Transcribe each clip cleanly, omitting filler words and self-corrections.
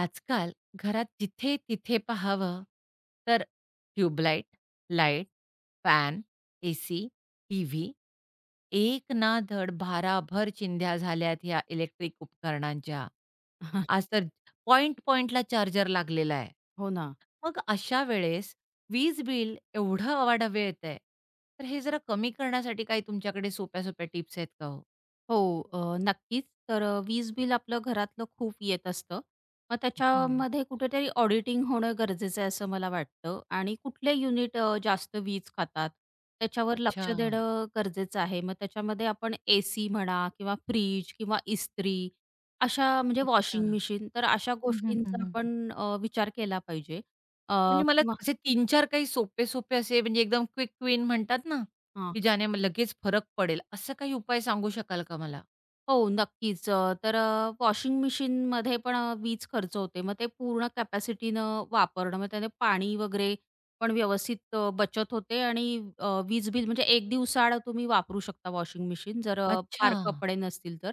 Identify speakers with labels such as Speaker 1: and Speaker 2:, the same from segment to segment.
Speaker 1: आजकाल घरात जिथे-तिथे पाहावं, तर tubelight, light, fan, AC, TV, एक ना धड भाराभर चिंध्या झाल्यात ह्या इलेक्ट्रिक उपकरणांच्या. आज तर पॉइंट पॉइंटला चार्जर लागलेला आहे.
Speaker 2: हो ना.
Speaker 1: मग अशा वेळेस वीज बिल एवढं अवाढव्य येतंय, तर हे जरा कमी करण्यासाठी काही तुमच्याकडे सोप्या-सोप्या टिप्स आहेत का हो?
Speaker 2: हो, नक्कीच. तर वीज बिल आपलं घरातलं खूप येत असतं. मग
Speaker 1: हो.
Speaker 2: त्याच्यामध्ये कुठेतरी ऑडिटिंग होणं गरजेचं आहे असं मला वाटतं आणि कुठले युनिट जास्त वीज खातात त्याच्यावर
Speaker 1: अच्छा,
Speaker 2: लक्ष देणं गरजेचं आहे. मग त्याच्यामध्ये आपण एसी म्हणा किंवा फ्रिज किंवा इस्त्री अशा म्हणजे
Speaker 1: अच्छा.
Speaker 2: वॉशिंग मशीन तर अशा
Speaker 1: हं, हं, हं,
Speaker 2: गोष्टींचा
Speaker 1: हं.
Speaker 2: आपण विचार केला पाहिजे.
Speaker 1: म्हणजे मला
Speaker 2: किंवा
Speaker 1: असे 3-4 काही सोपे-सोपे असे म्हणजे एकदम क्विक विन म्हणतात ना, की ज्याने मग लगेच फरक पडेल, असं काही उपाय सांगू शकाल का मला?
Speaker 2: हो, नक्कीच. तर वॉशिंग मशीनमध्ये पण वीज खर्च होते. मग ते पूर्ण कॅपॅसिटीनं वापरणं, मग त्याने पाणी वगैरे पण व्यवस्थित बचत होते आणि वीज बिल म्हणजे एक दिवसाआड तुम्ही वापरू शकता वॉशिंग मशीन जर
Speaker 1: अच्छा.
Speaker 2: फार कपडे नसतील तर.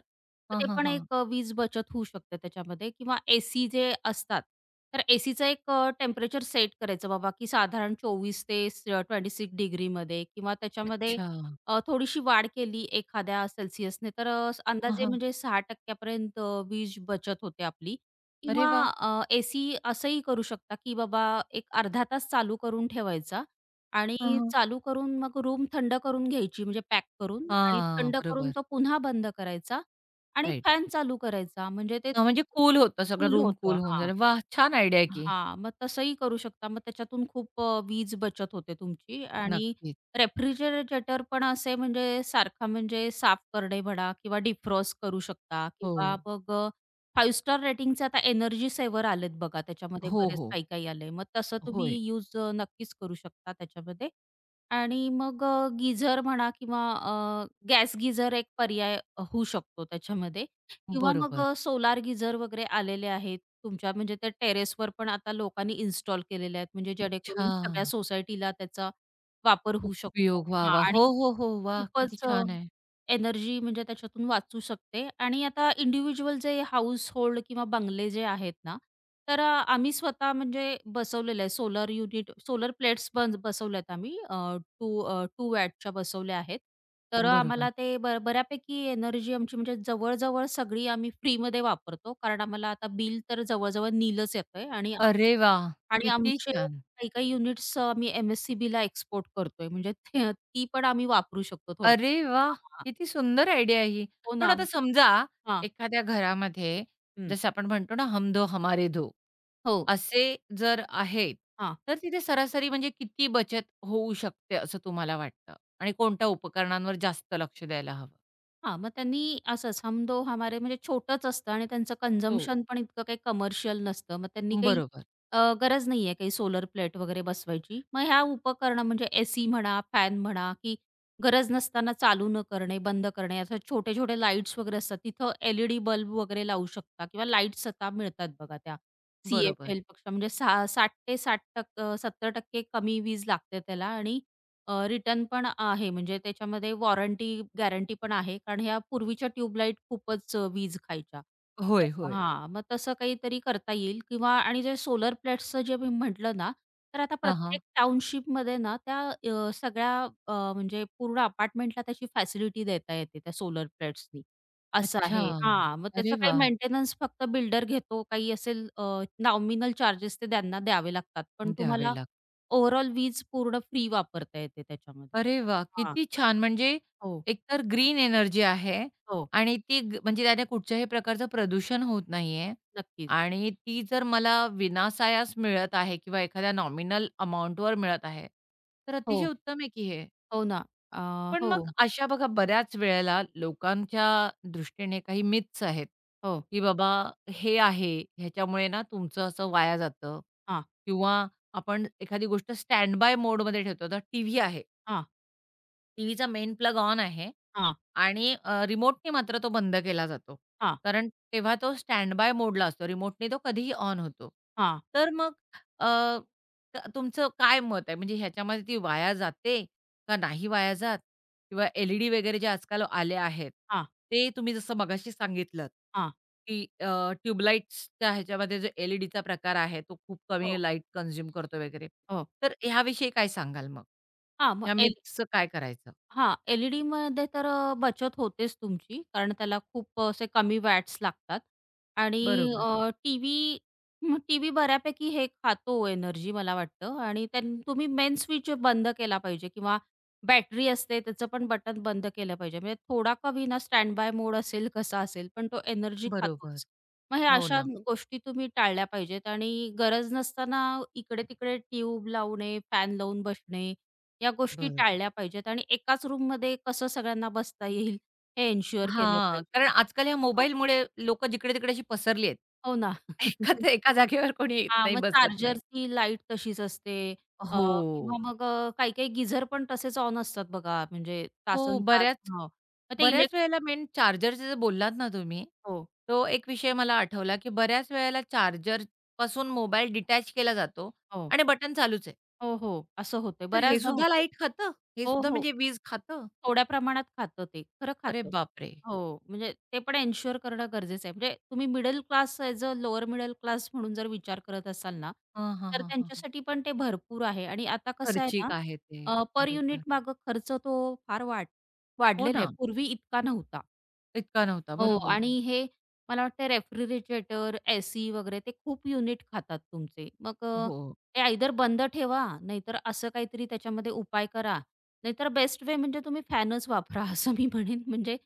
Speaker 2: तर
Speaker 1: हां,
Speaker 2: ते
Speaker 1: हां,
Speaker 2: पण
Speaker 1: हां.
Speaker 2: एक वीज बचत होऊ शकते त्याच्यामध्ये किंवा एसी जे असतात, तर एसीचं एक टेम्परेचर सेट करायचं बाबा, की साधारण 24 ते 26 डिग्रीमध्ये किंवा त्याच्यामध्ये
Speaker 1: अच्छा.
Speaker 2: थोडीशी वाढ केली एखाद्या सेल्सिअसने तर अ, हं.
Speaker 1: हां,
Speaker 2: अंदाजे
Speaker 1: हां.
Speaker 2: म्हणजे 6% पर्यंत वीज बचत होते आपली.
Speaker 1: अरे
Speaker 2: किंवा
Speaker 1: वाह!
Speaker 2: एसी असंही करू शकता, की बाबा एक अर्धा तास चालू करून ठेवायचा
Speaker 1: हां,
Speaker 2: आणि
Speaker 1: हां.
Speaker 2: चालू करून मग रूम थंड करून घ्यायची म्हणजे पॅक करून आणि
Speaker 1: हां,
Speaker 2: थंड करून
Speaker 1: बरोबर.
Speaker 2: तो पुन्हा बंद करायचा आणि
Speaker 1: राइट.
Speaker 2: फॅन चालू करायचा म्हणजे ते
Speaker 1: म्हणजे कूल होतं सगळं
Speaker 2: कूल
Speaker 1: रूम
Speaker 2: होतं.
Speaker 1: कूल होऊन
Speaker 2: हां.
Speaker 1: जाईल. वाह! छान आयडिया आहे की.
Speaker 2: हां, मग तसंही करू शकता. मग त्याच्यातून खूप वीज बचत होते तुमची आणि
Speaker 1: नक्कीच.
Speaker 2: रेफ्रिजरेटर पण असे म्हणजे सारखा म्हणजे साफ करणे म्हणा किंवा डिफ्रॉस्ट करू शकता
Speaker 1: हो.
Speaker 2: किंवा मग 5 स्टार रेटिंगचे आता एनर्जी सेव्हर आलेत बघा त्याच्यामध्ये
Speaker 1: हो,
Speaker 2: बरेच
Speaker 1: हो.
Speaker 2: काही-काही आले. मग तसं तुम्ही
Speaker 1: होय.
Speaker 2: यूज नक्कीच करू शकता त्याच्यामध्ये आणि मग म्हणा किंवा गॅस गीझर एक पर्याय होऊ शकतो त्याच्यामध्ये. किंवा मग
Speaker 1: बरोबर.
Speaker 2: सोलार गीझर वगैरे आलेले आहेत तुमच्या म्हणजे त्या टेरेसवर पण आता लोकांनी इन्स्टॉल केलेले आहेत म्हणजे
Speaker 1: अच्छा.
Speaker 2: जेणेकरून सगळ्या सोसायटीला त्याचा वापर होऊ शकतो.
Speaker 1: उपयोग. वाह,
Speaker 2: हां
Speaker 1: वाह! हो,
Speaker 2: आणि
Speaker 1: हो, हो. वाह! किती
Speaker 2: खूपच
Speaker 1: छान आहे.
Speaker 2: एनर्जी म्हणजे त्याच्यातून वाचू शकते आणि आता इंडिव्हिज्युअल जे हाऊसहोल्ड किंवा बंगले जे आहेत ना, तर आम्ही स्वतः म्हणजे बसवलेलं आहे सोलर युनिट सोलर प्लेट्स बसवल्यात आम्ही 2 वॅटच्या बसवल्या आहेत. तर
Speaker 1: बरोबर.
Speaker 2: आम्हाला ते बऱ्यापैकी एनर्जी आमची म्हणजे जवळ सगळी आम्ही फ्रीमध्ये वापरतो. कारण आम्हाला आता बिल तर जवळ-जवळ नीलच येतंय आणि
Speaker 1: अरे वाह!
Speaker 2: आणि
Speaker 1: किती
Speaker 2: आमचे
Speaker 1: छान.
Speaker 2: काही-काही युनिट्स आम्ही एम-एस-सी-बीला एक्सपोर्ट करतोय. म्हणजे ते ती पण आम्ही वापरू शकतो थोडक्यात.
Speaker 1: अरे वाह!
Speaker 2: हां,
Speaker 1: किती सुंदर आयडिया आहे ही.
Speaker 2: हो
Speaker 1: पण
Speaker 2: ना.
Speaker 1: आता समजा
Speaker 2: हां.
Speaker 1: एखाद्या घरामध्ये
Speaker 2: हं.
Speaker 1: जसं आपण म्हणतो ना, "हम दो हमारे दो."
Speaker 2: हो.
Speaker 1: असे जर आहेत,
Speaker 2: हां.
Speaker 1: तर तिथे सरासरी म्हणजे किती बचत होऊ शकते असं तुम्हाला वाटतं? आणि कोणत्या उपकरणांवर जास्त लक्ष द्यायला हवं?
Speaker 2: हां, मग त्यांनी असंच हम दो हमारे म्हणजे छोटंच असतं आणि त्यांचं
Speaker 1: हो.
Speaker 2: कन्झम्पशन पण इतकं काही कमर्शियल नसतं. मग त्यांनी काही
Speaker 1: बरोबर,
Speaker 2: गरज नाहीये काही सोलर प्लेट वगैरे बसवायची. मग ह्या उपकरणं म्हणजे एसी म्हणा, फॅन म्हणा, की गरज नसताना चालू न करणे, बंद करणे, असे छोटे-छोटे लाईट्स वगैरे असतात. तिथं एल बल्ब वगैरे लावू शकता किंवा लाईट्स आता मिळतात बघा त्या
Speaker 1: बरोबर.
Speaker 2: सी-एफ-एल पेक्षा म्हणजे 60 ते 60% 70% कमी वीज लागते त्याला आणि रिटर्न पण आहे म्हणजे त्याच्यामध्ये वॉरंटी, गॅरंटी पण आहे. कारण ह्या पूर्वीच्या ट्यूबलाईट खूपच वीज खायच्या.
Speaker 1: होय,
Speaker 2: तसं
Speaker 1: होय.
Speaker 2: हां, मग तसं काहीतरी करता येईल किंवा आणि जे सोलर प्लेट्सचं जे मी म्हटलं ना, तर आता
Speaker 1: हां, हां.
Speaker 2: प्रत्येक टाउनशिपमध्ये ना त्या सगळ्या म्हणजे पूर्ण अपार्टमेंटला त्याची फॅसिलिटी देता येते त्या सोलर प्लेट्सनी, असं
Speaker 1: अच्छा.
Speaker 2: आहे. हां, मग
Speaker 1: अरे
Speaker 2: त्याचा काही
Speaker 1: वाह!
Speaker 2: मेंटेनन्स फक्त बिल्डर घेतो. काही असेल नॉमिनल चार्जेस ते त्यांना द्यावे लागतात. पण
Speaker 1: द्यावे
Speaker 2: तुम्हाला
Speaker 1: लागेल.
Speaker 2: ओव्हरऑल वीज पूर्ण फ्री वापरता येते त्याच्यामध्ये.
Speaker 1: अरे वाह!
Speaker 2: हां.
Speaker 1: किती छान. म्हणजे
Speaker 2: हो,
Speaker 1: एकतर ग्रीन एनर्जी आहे
Speaker 2: हो.
Speaker 1: आणि ती म्हणजे त्याने कुठच्याही प्रकारचं प्रदूषण होत नाहीये
Speaker 2: नक्कीच.
Speaker 1: आणि ती जर मला विनासायास मिळत आहे किंवा एखाद्या नॉमिनल अमाउंटवर मिळत आहे, तर अतिशय
Speaker 2: हो,
Speaker 1: उत्तम आहे की हे.
Speaker 2: हो ना. अ,
Speaker 1: पण
Speaker 2: हो,
Speaker 1: मग अशा बघा बऱ्याच वेळेला लोकांच्या दृष्टीने काही मिथ्स आहेत,
Speaker 2: हो.
Speaker 1: की बाबा हे आहे, ह्याच्यामुळे ना तुमचं असं वाया जातं
Speaker 2: हां,
Speaker 1: किंवा आपण एखादी गोष्ट स्टँड बाय मोडमध्ये ठेवतो. आता टीव्ही आहे.
Speaker 2: हां,
Speaker 1: टीव्हीचा मेन प्लग ऑन आहे
Speaker 2: हां,
Speaker 1: आणि रिमोटने मात्र तो बंद केला जातो.
Speaker 2: हां,
Speaker 1: कारण तेव्हा तो स्टँड बाय मोडला असतो. रिमोटने तो कधीही ऑन होतो.
Speaker 2: हां,
Speaker 1: तर मग अ, त तुमचं काय मत आहे? म्हणजे ह्याच्यामध्ये ती वाया जाते का नाही वाया जात? किंवा एल-ई-डी वगैरे जे आजकाल आले आहेत,
Speaker 2: हां,
Speaker 1: ते तुम्ही जसं मगाशी सांगितलंत,
Speaker 2: हां.
Speaker 1: की ह्याच्यामध्ये जो एल-ई-डीचा प्रकार आहे, तो खूप कमी
Speaker 2: हो,
Speaker 1: लाईट कन्झ्युम करतो वगैरे.
Speaker 2: हो.
Speaker 1: तर ह्याविषयी काय सांगाल मग?
Speaker 2: हां, मग
Speaker 1: ह्या मिथ्सचं काय करायचं?
Speaker 2: हां, एल-ई-डीमध्ये तर बचत होतेच तुमची, कारण त्याला खूप असे कमी वॅट्स लागतात आणि
Speaker 1: बरोबर,
Speaker 2: टीव्ही मग टीव्ही बऱ्यापैकी हे खातो एनर्जी मला वाटतं आणि त्यान तुम्ही मेन स्विच बंद केला पाहिजे किंवा बॅटरी असते त्याचं पण बटन बंद केलं पाहिजे. म्हणजे थोडा का होईना स्टँड बाय मोड असेल, कसा असेल, पण तो एनर्जी
Speaker 1: बरोबर.
Speaker 2: खातोच. मग हे
Speaker 1: हो
Speaker 2: अशा
Speaker 1: ना.
Speaker 2: गोष्टी तुम्ही टाळल्या पाहिजेत आणि गरज नसताना इकडे-तिकडे ट्यूब लावणे, फॅन लावून बसणे या गोष्टी
Speaker 1: बरोबर.
Speaker 2: टाळल्या पाहिजेत आणि एकाच रूममध्ये कसं सगळ्यांना बसता येईल हे एन्शुअर केलं
Speaker 1: हां, कारण
Speaker 2: पाहिजे.
Speaker 1: आजकाल ह्या
Speaker 2: हो,
Speaker 1: मोबाईलमुळे लोकं जिकडे-तिकडे अशी पसरली आहेत.
Speaker 2: हो ना.
Speaker 1: एखाद एका जागेवर कोणी येत
Speaker 2: हां,
Speaker 1: नाही,
Speaker 2: मग
Speaker 1: बसत नाही.
Speaker 2: चार्जरची लाईट तशीच असते. अ,
Speaker 1: हो.
Speaker 2: किंवा मग काही-काही गिझर पण तसेच ऑन असतात बघा म्हणजे
Speaker 1: हो,
Speaker 2: तासनतास
Speaker 1: बऱ्याच
Speaker 2: हो. मग ते
Speaker 1: बऱ्याच वेळेला मेन चार्जरचं जे बोललात ना तुम्ही,
Speaker 2: हो,
Speaker 1: तो एक विषय मला आठवला, की बऱ्याच वेळेला चार्जरपासून मोबाईल डिटॅच केला जातो
Speaker 2: हो.
Speaker 1: आणि बटन चालूच आहे.
Speaker 2: हो, हो. असं होतंय.
Speaker 1: तर हे
Speaker 2: बऱ्याचदा
Speaker 1: सुद्धा
Speaker 2: होतंय.
Speaker 1: लाईट खातं? हे
Speaker 2: हो,
Speaker 1: सुद्धा
Speaker 2: हो.
Speaker 1: म्हणजे वीज खातं?
Speaker 2: थोड्या प्रमाणात खातं ते, खरं
Speaker 1: अरे
Speaker 2: खातं.
Speaker 1: बापरे!
Speaker 2: हो, म्हणजे ते पण एन्शुअर करणं गरजेचं आहे. म्हणजे तुम्ही middle class as a lower middle class म्हणून जर विचार करत असाल ना,
Speaker 1: हां, हां,
Speaker 2: तर
Speaker 1: हां, हां, हां.
Speaker 2: त्यांच्यासाठी पण ते भरपूर आहे आणि आता कसं आहे
Speaker 1: खर्चिक आहे ते.
Speaker 2: ना, पर युनिट
Speaker 1: बरोबर.
Speaker 2: मागे खर्च तो फार वाढ
Speaker 1: हो
Speaker 2: वाढलेला आहे.
Speaker 1: ना.
Speaker 2: पूर्वी इतका नव्हता.
Speaker 1: इतका नव्हता.
Speaker 2: हो
Speaker 1: बरोबर.
Speaker 2: आणि हे मला वाटतं रेफ्रिजरेटर, एसी वगैरे ते खूप युनिट खातात तुमचे. मग
Speaker 1: हो.
Speaker 2: ते आयदर बंद ठेवा, नाहीतर असं काहीतरी त्याच्यामध्ये उपाय करा. नाहीतर बेस्ट वे म्हणजे तुम्ही फॅनच वापरा असं मी म्हणेन. म्हणजे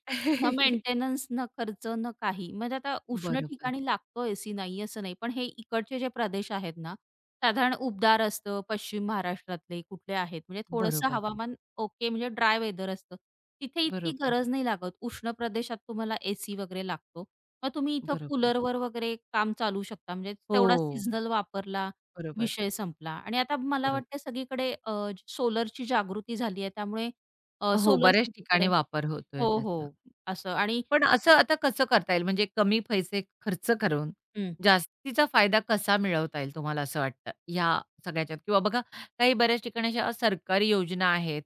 Speaker 2: ना मेंटेनन्स, ना खर्च, ना काही. म्हणजे आता उष्ण
Speaker 1: बरोबर,
Speaker 2: ठिकाणी लागतो एसी नाही असं नाही. पण हे इकडचे जे प्रदेश आहेत ना, साधारण उबदार असतं, पश्चिम महाराष्ट्रातले कुठले आहेत म्हणजे थोडंसं
Speaker 1: बरोबर,
Speaker 2: हवामान ओके म्हणजे ड्राय वेदर असतं. तिथे इतकी
Speaker 1: बरोबर,
Speaker 2: गरज नाही लागत. उष्ण प्रदेशात तुम्हाला एसी वगैरे लागतो. मग तुम्ही इथं
Speaker 1: बरोबर.
Speaker 2: कूलरवर वगैरे काम चालू शकता. म्हणजे तेवढा
Speaker 1: हो,
Speaker 2: सीझनल वापरला,
Speaker 1: बरोबर,
Speaker 2: विषय संपला. आणि आता मला
Speaker 1: बरोबर.
Speaker 2: वाटतं सगळीकडे सोलरची जागृती झाली आहे. त्यामुळे
Speaker 1: हो,
Speaker 2: सोलर
Speaker 1: बऱ्याच
Speaker 2: सगळीकडे
Speaker 1: ठिकाणी वापर होतोय
Speaker 2: हो,
Speaker 1: त्याचा.
Speaker 2: हो. असं आणि
Speaker 1: पण असं आता कसं करता येईल म्हणजे कमी पैसे खर्च करून
Speaker 2: हं,
Speaker 1: जास्तीचा फायदा कसा मिळवता येईल तुम्हाला असं वाटतं? ह्या सगळ्याच्यात किंवा बघा काही बऱ्याच ठिकाणी अशा सरकारी योजना आहेत.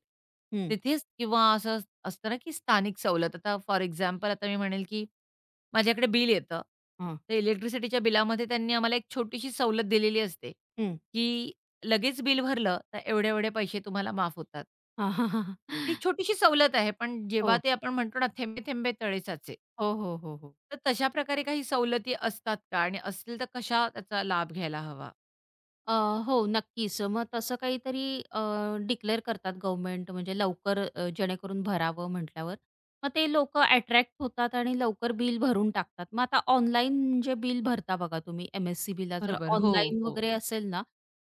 Speaker 2: हं,
Speaker 1: तिथेच किंवा असं असतं ना, की स्थानिक सवलत. आता फॉर एक्झाम्पल आता मी म्हणेल, की माझ्याकडे बिल येतं.
Speaker 2: हां,
Speaker 1: तर इलेक्ट्रिसिटीच्या बिलामध्ये त्यांनी आम्हाला एक छोटीशी सवलत दिलेली असते,
Speaker 2: हं.
Speaker 1: की लगेच बिल भरलं तर एवढे-एवढे पैसे तुम्हाला माफ होतात.
Speaker 2: हां, हां, हां.
Speaker 1: ती छोटीशी सवलत आहे, पण जेव्हा
Speaker 2: हो.
Speaker 1: ते आपण म्हणतो ना, "थेंबे थेंबे तळे साचे."
Speaker 2: हो, हो, हो, हो.
Speaker 1: तर तशा प्रकारे काही सवलती असतात का? आणि असतील तर कशा त्याचा लाभ घ्यायला हवा?
Speaker 2: अ, हो, नक्कीच. मग तसं काहीतरी अ, डिक्लेअर करतात गव्हर्नमेंट म्हणजे लवकर जेणेकरून भरावं म्हटल्यावर. मग ते लोक अट्रॅक्ट होतात आणि लवकर बिल भरून टाकतात. मग आता ऑनलाईन जे बिल भरता बघा तुम्ही एम-एस-सी-बीला जर
Speaker 1: बरोबर. हो,
Speaker 2: ऑनलाईन
Speaker 1: हो.
Speaker 2: वगैरे असेल ना,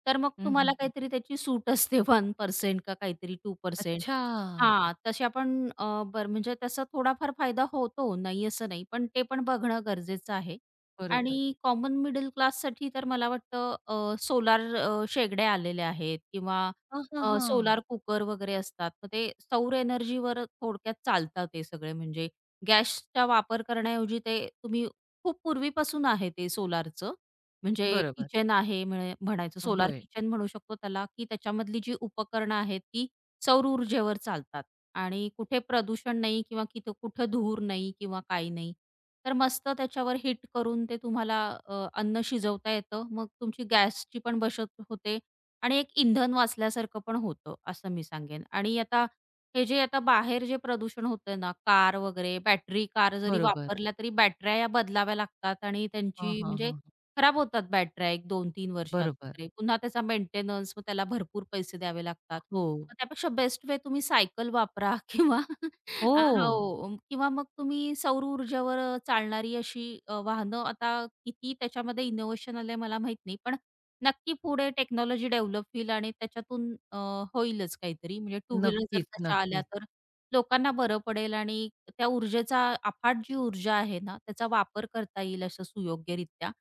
Speaker 2: तर मग
Speaker 1: हं,
Speaker 2: तुम्हाला
Speaker 1: हं, हं.
Speaker 2: काहीतरी त्याची सूट असते 1% का काहीतरी 2%
Speaker 1: अच्छा.
Speaker 2: हां, तसे आपण बरं म्हणजे तसा थोडाफार फायदा होतो, नाही असं नाही. पण ते पण बघणं गरजेचं आहे.
Speaker 1: बरोबर.
Speaker 2: आणि कॉमन मिडल क्लाससाठी तर मला वाटतं सोलार शेगड्या आलेल्या आहेत किंवा
Speaker 1: हां, हां, हां.
Speaker 2: सोलार कुकर वगैरे असतात. मग ते सौर एनर्जीवर थोडक्यात चालतात ते सगळे म्हणजे गॅसचा वापर करण्याऐवजी ते तुम्ही खूप पूर्वीपासून आहे ते सोलारचं. म्हणजे
Speaker 1: बरोबर.
Speaker 2: किचन आहे म्हणायचं. सोलार
Speaker 1: होय.
Speaker 2: किचन म्हणू शकतो त्याला, की त्याच्यामधली जी उपकरणं आहेत ती सौर ऊर्जेवर चालतात. आणि कुठे प्रदूषण नाही किंवा कुठं धूर नाही किंवा काही नाही. तर मस्त त्याच्यावर हिट करून ते तुम्हाला अन्न शिजवता येतं. मग तुमची गॅसची पण बचत होते आणि एक इंधन वाचल्यासारखं पण होतं, असं मी सांगेन. आणि आता हे जे आता बाहेर जे प्रदूषण होतं ना, कार वगैरे, बॅटरी कार जरी
Speaker 1: बरोबर.
Speaker 2: वापरल्या तरी बॅटऱ्या या बदलाव्या लागतात आणि
Speaker 1: हां,
Speaker 2: त्यांची
Speaker 1: हां,
Speaker 2: म्हणजे
Speaker 1: हां.
Speaker 2: खराब होतात बॅटऱ्या एक 2 3 वर्षात
Speaker 1: बरोबर.
Speaker 2: वगैरे. पुन्हा त्याचा मेंटेनन्स, मग त्याला भरपूर पैसे द्यावे लागतात.
Speaker 1: हो.
Speaker 2: मग त्यापेक्षा बेस्ट वे तुम्ही सायकल वापरा किंवा
Speaker 1: हो.
Speaker 2: हो किंवा मग तुम्ही सौर ऊर्जेवर चालणारी अशी वाहनं आता किती त्याच्यामध्ये इनोव्हेशन आलंय मला माहीत नाही. पण नक्की पुढे टेक्नॉलॉजी डेव्हलप होईल आणि त्याच्यातून होईलच काहीतरी. म्हणजे टू व्हीलर जर
Speaker 1: नक्कीच,
Speaker 2: तशा आल्या
Speaker 1: नक्कीच.
Speaker 2: तर लोकांना बरं पडेल आणि त्या ऊर्जेचा अफाट जी ऊर्जा आहे ना, त्याचा वापर करता येईल असं सुयोग्यरित्या.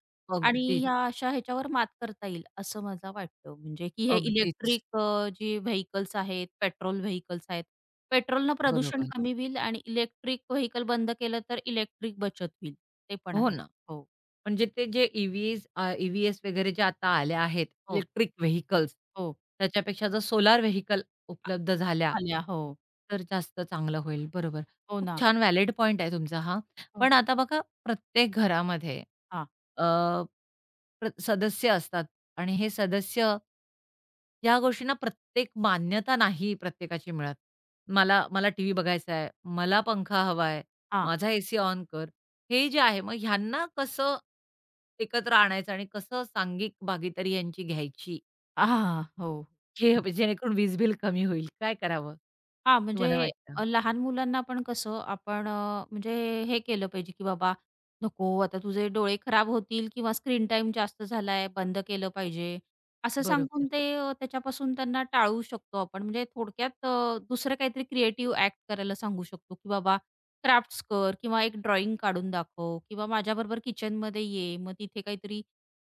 Speaker 2: आणि
Speaker 1: अगदीच,
Speaker 2: ह्या अशा ह्याच्यावर मात करता येईल असं मला वाटतं. म्हणजे की हे
Speaker 1: अगदीच.
Speaker 2: इलेक्ट्रिक जी व्हेइकल्स आहेत, पेट्रोल व्हेइकल्स आहेत. पेट्रोलनं प्रदूषण
Speaker 1: बरोबर.
Speaker 2: कमी होईल आणि इलेक्ट्रिक व्हेइकल बंद केलं तर इलेक्ट्रिक बचत होईल. ते पण
Speaker 1: हो
Speaker 2: आहे.
Speaker 1: ना.
Speaker 2: हो,
Speaker 1: म्हणजे ते जे ई-व्हीएस वगैरे जे आता आल्या आहेत,
Speaker 2: हो,
Speaker 1: इलेक्ट्रिक व्हेइकल्स,
Speaker 2: हो.
Speaker 1: त्याच्यापेक्षा जर सोलार व्हेइकल
Speaker 2: आ
Speaker 1: उपलब्ध झाल्या,
Speaker 2: आल्या. हो.
Speaker 1: तर जास्त चांगलं होईल. बरोबर.
Speaker 2: हो
Speaker 1: खूप
Speaker 2: ना.
Speaker 1: छान व्हॅलिड पॉइंट आहे तुमचा हा.
Speaker 2: हो.
Speaker 1: पण आता बघा प्रत्येक घरामध्ये
Speaker 2: हां,
Speaker 1: अ, प्र सदस्य असतात आणि हे सदस्य या गोष्टींना प्रत्येक मान्यता नाही प्रत्येकाची मिळत. मला मला टीव्ही बघायचा आहे, मला पंखा हवा आहे,
Speaker 2: हां.
Speaker 1: माझा एसी ऑन कर. हे जे आहे मग ह्यांना कसं एकत्र आणायचं आणि कसं सांघिक भागीदारी यांची घ्यायची?
Speaker 2: हां, हां. हो.
Speaker 1: जे जेणेकरून वीज बिल कमी होईल. काय करावं?
Speaker 2: हां, म्हणजे
Speaker 1: तुम्हाला वाटतं?
Speaker 2: लहान मुलांना पण कसं आपण म्हणजे हे केलं पाहिजे, की बाबा नको आता तुझे डोळे खराब होतील किंवा स्क्रीन टाईम जास्त झालाय, बंद केलं पाहिजे. असं
Speaker 1: बरोबर,
Speaker 2: सांगून ते त्याच्यापासून त्यांना टाळू शकतो आपण. म्हणजे थोडक्यात दुसरं काहीतरी क्रिएटिव्ह ॲक्ट करायला सांगू शकतो, की बाबा क्राफ्ट्स कर किंवा एक ड्रॉइंग काढून दाखव किंवा माझ्याबरोबर किचनमध्ये ये, मग तिथे काहीतरी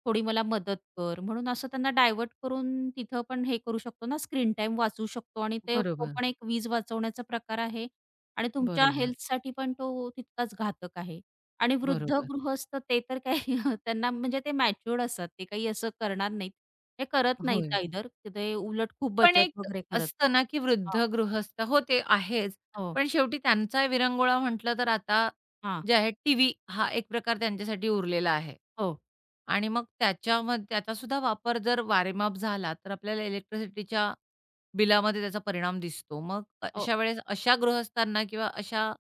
Speaker 2: थोडी मला मदत कर. म्हणून असं त्यांना डायव्हर्ट करून तिथं पण हे करू शकतो ना, स्क्रीन टाइम वाचवू शकतो आणि ते तो
Speaker 1: बरोबर,
Speaker 2: पण एक वीज वाचवण्याचा प्रकार आहे आणि तुमच्या
Speaker 1: बरोबर,
Speaker 2: हेल्थसाठी पण तो तितकाच घातक आहे. आणि वृद्ध
Speaker 1: बरोबर.
Speaker 2: गृहस्थ ते तर काही त्यांना म्हणजे ते मॅच्युअर्ड असतात. ते काही असं करणार नाहीत. हे करत नाहीत
Speaker 1: होय.
Speaker 2: आयदर. ते उलट खूप
Speaker 1: पण
Speaker 2: बचत
Speaker 1: एक
Speaker 2: वगैरे करत.
Speaker 1: असतं ना, की वृद्ध
Speaker 2: हां.
Speaker 1: गृहस्थ हो, ते आहेच.
Speaker 2: हो.
Speaker 1: पण शेवटी त्यांचा विरंगुळा म्हटलं तर आता
Speaker 2: हां.
Speaker 1: जे आहे टीव्ही हा एक प्रकार त्यांच्यासाठी उरलेला आहे.
Speaker 2: हो.
Speaker 1: आणि मग त्याच्यामध्ये त्याचासुद्धा वापर जर वारेमाप झाला, तर आपल्याला इलेक्ट्रिसिटीच्या बिलामध्ये त्याचा परिणाम दिसतो. मग
Speaker 2: हो.
Speaker 1: अशा वेळेस अशा गृहस्थांना किंवा अशा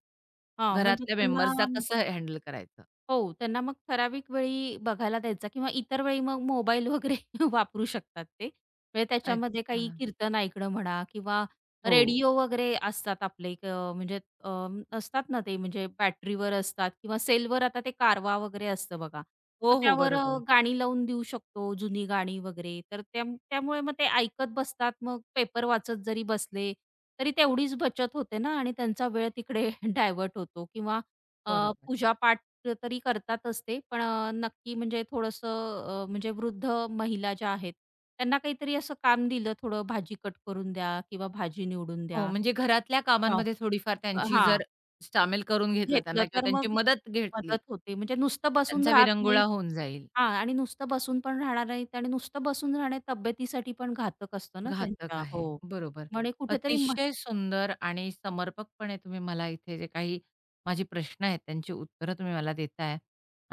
Speaker 2: हां. म्हणजे
Speaker 1: घरातल्या
Speaker 2: त्यांना
Speaker 1: मेंबर्सला कसं हँडल करायचं?
Speaker 2: हो, त्यांना मग ठराविक वेळी बघायला द्यायचा किंवा इतर वेळी मग मोबाईल वगैरे वापरू शकतात ते. म्हणजे त्याच्यामध्ये
Speaker 1: अच्छा.
Speaker 2: काही कीर्तन ऐकणं म्हणा किंवा
Speaker 1: हो.
Speaker 2: रेडिओ वगैरे असतात आपले एक म्हणजे असतात ना ते म्हणजे बॅटरीवर असतात किंवा सेलवर आता ते कारवा वगैरे असतं बघा.
Speaker 1: हो,
Speaker 2: मग
Speaker 1: हो.
Speaker 2: त्यावर
Speaker 1: बरोबर.
Speaker 2: गाणी लावून देऊ शकतो, जुनी गाणी वगैरे. तर त्या त्यामुळे मग ते ऐकत बसतात. मग पेपर वाचत जरी बसले, तरी तेवढीच बचत होते ना आणि त्यांचा वेळ तिकडे डायव्हर्ट होतो किंवा
Speaker 1: बरोबर.
Speaker 2: पूजा तरी करतातच ते. पण नक्की म्हणजे थोडंसं म्हणजे वृद्ध महिला ज्या आहेत, त्यांना काहीतरी असं काम दिलं थोडं भाजी कट करून द्या किंवा भाजी निवडून
Speaker 1: हो,
Speaker 2: द्या.
Speaker 1: म्हणजे घरातल्या
Speaker 2: हां.
Speaker 1: कामांमध्ये थोडीफार त्यांची
Speaker 2: हां,
Speaker 1: जर सामील करून घेतलं त्यांना
Speaker 2: घेतलं
Speaker 1: किंवा
Speaker 2: तर
Speaker 1: त्यांची
Speaker 2: मग
Speaker 1: मदत घेतली,
Speaker 2: मदत होते. म्हणजे नुसतं बसून
Speaker 1: त्यांचा
Speaker 2: राहत
Speaker 1: विरंगुळा
Speaker 2: नाहीत
Speaker 1: होऊन जाईल.
Speaker 2: हां आणि नुसतं बसून पण राहणार नाहीत आणि नुसतं बसून राहणे तब्येतीसाठी पण घातक असतं ना
Speaker 1: घातक
Speaker 2: त्यांच्या.
Speaker 1: आहे.
Speaker 2: हो.
Speaker 1: बरोबर.
Speaker 2: म्हणे कुठेतरी
Speaker 1: अतिशय सुंदर आणि समर्पकपणे तुम्ही मला इथे जे काही माझे प्रश्न आहेत, त्यांची उत्तरं तुम्ही मला देताय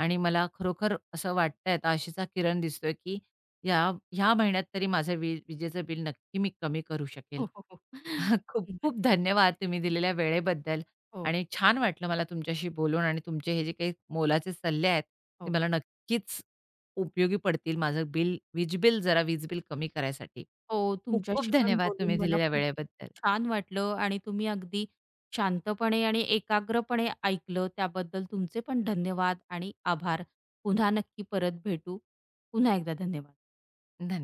Speaker 1: आणि मला खरोखर असं वाटतंय, आता आशेचा किरण दिसतोय, की या ह्या महिन्यात तरी माझं विजेचं बिल नक्की मी कमी करू
Speaker 2: हो,
Speaker 1: शकेल.
Speaker 2: हो, हो.
Speaker 1: खूप-खूप
Speaker 2: नक्कीच.
Speaker 1: धन्यवाद तुम्ही दिलेल्या वेळेबद्दल
Speaker 2: हो,
Speaker 1: आणि छान वाटलं मला तुमच्याशी बोलून आणि तुमचे हे जे काही मोलाचे सल्ले आहेत, ते
Speaker 2: हो.
Speaker 1: मला नक्कीच उपयोगी पडतील. माझं बिल वीज बिल जरा वीज बिल कमी करायसाठी.
Speaker 2: हो,
Speaker 1: खूप खूप
Speaker 2: तुमच्याशी पण
Speaker 1: धन्यवाद
Speaker 2: बोलून
Speaker 1: तुम्ही
Speaker 2: मला
Speaker 1: दिलेल्या
Speaker 2: खूप
Speaker 1: वेळेबद्दल.
Speaker 2: छान वाटलं आणि तुम्ही अगदी शांतपणे आणि एकाग्रपणे ऐकलं त्याबद्दल तुमचे पण धन्यवाद आणि आभार. पुन्हा नक्की परत भेटू. पुन्हा एकदा धन्यवाद.
Speaker 1: धन्यवाद.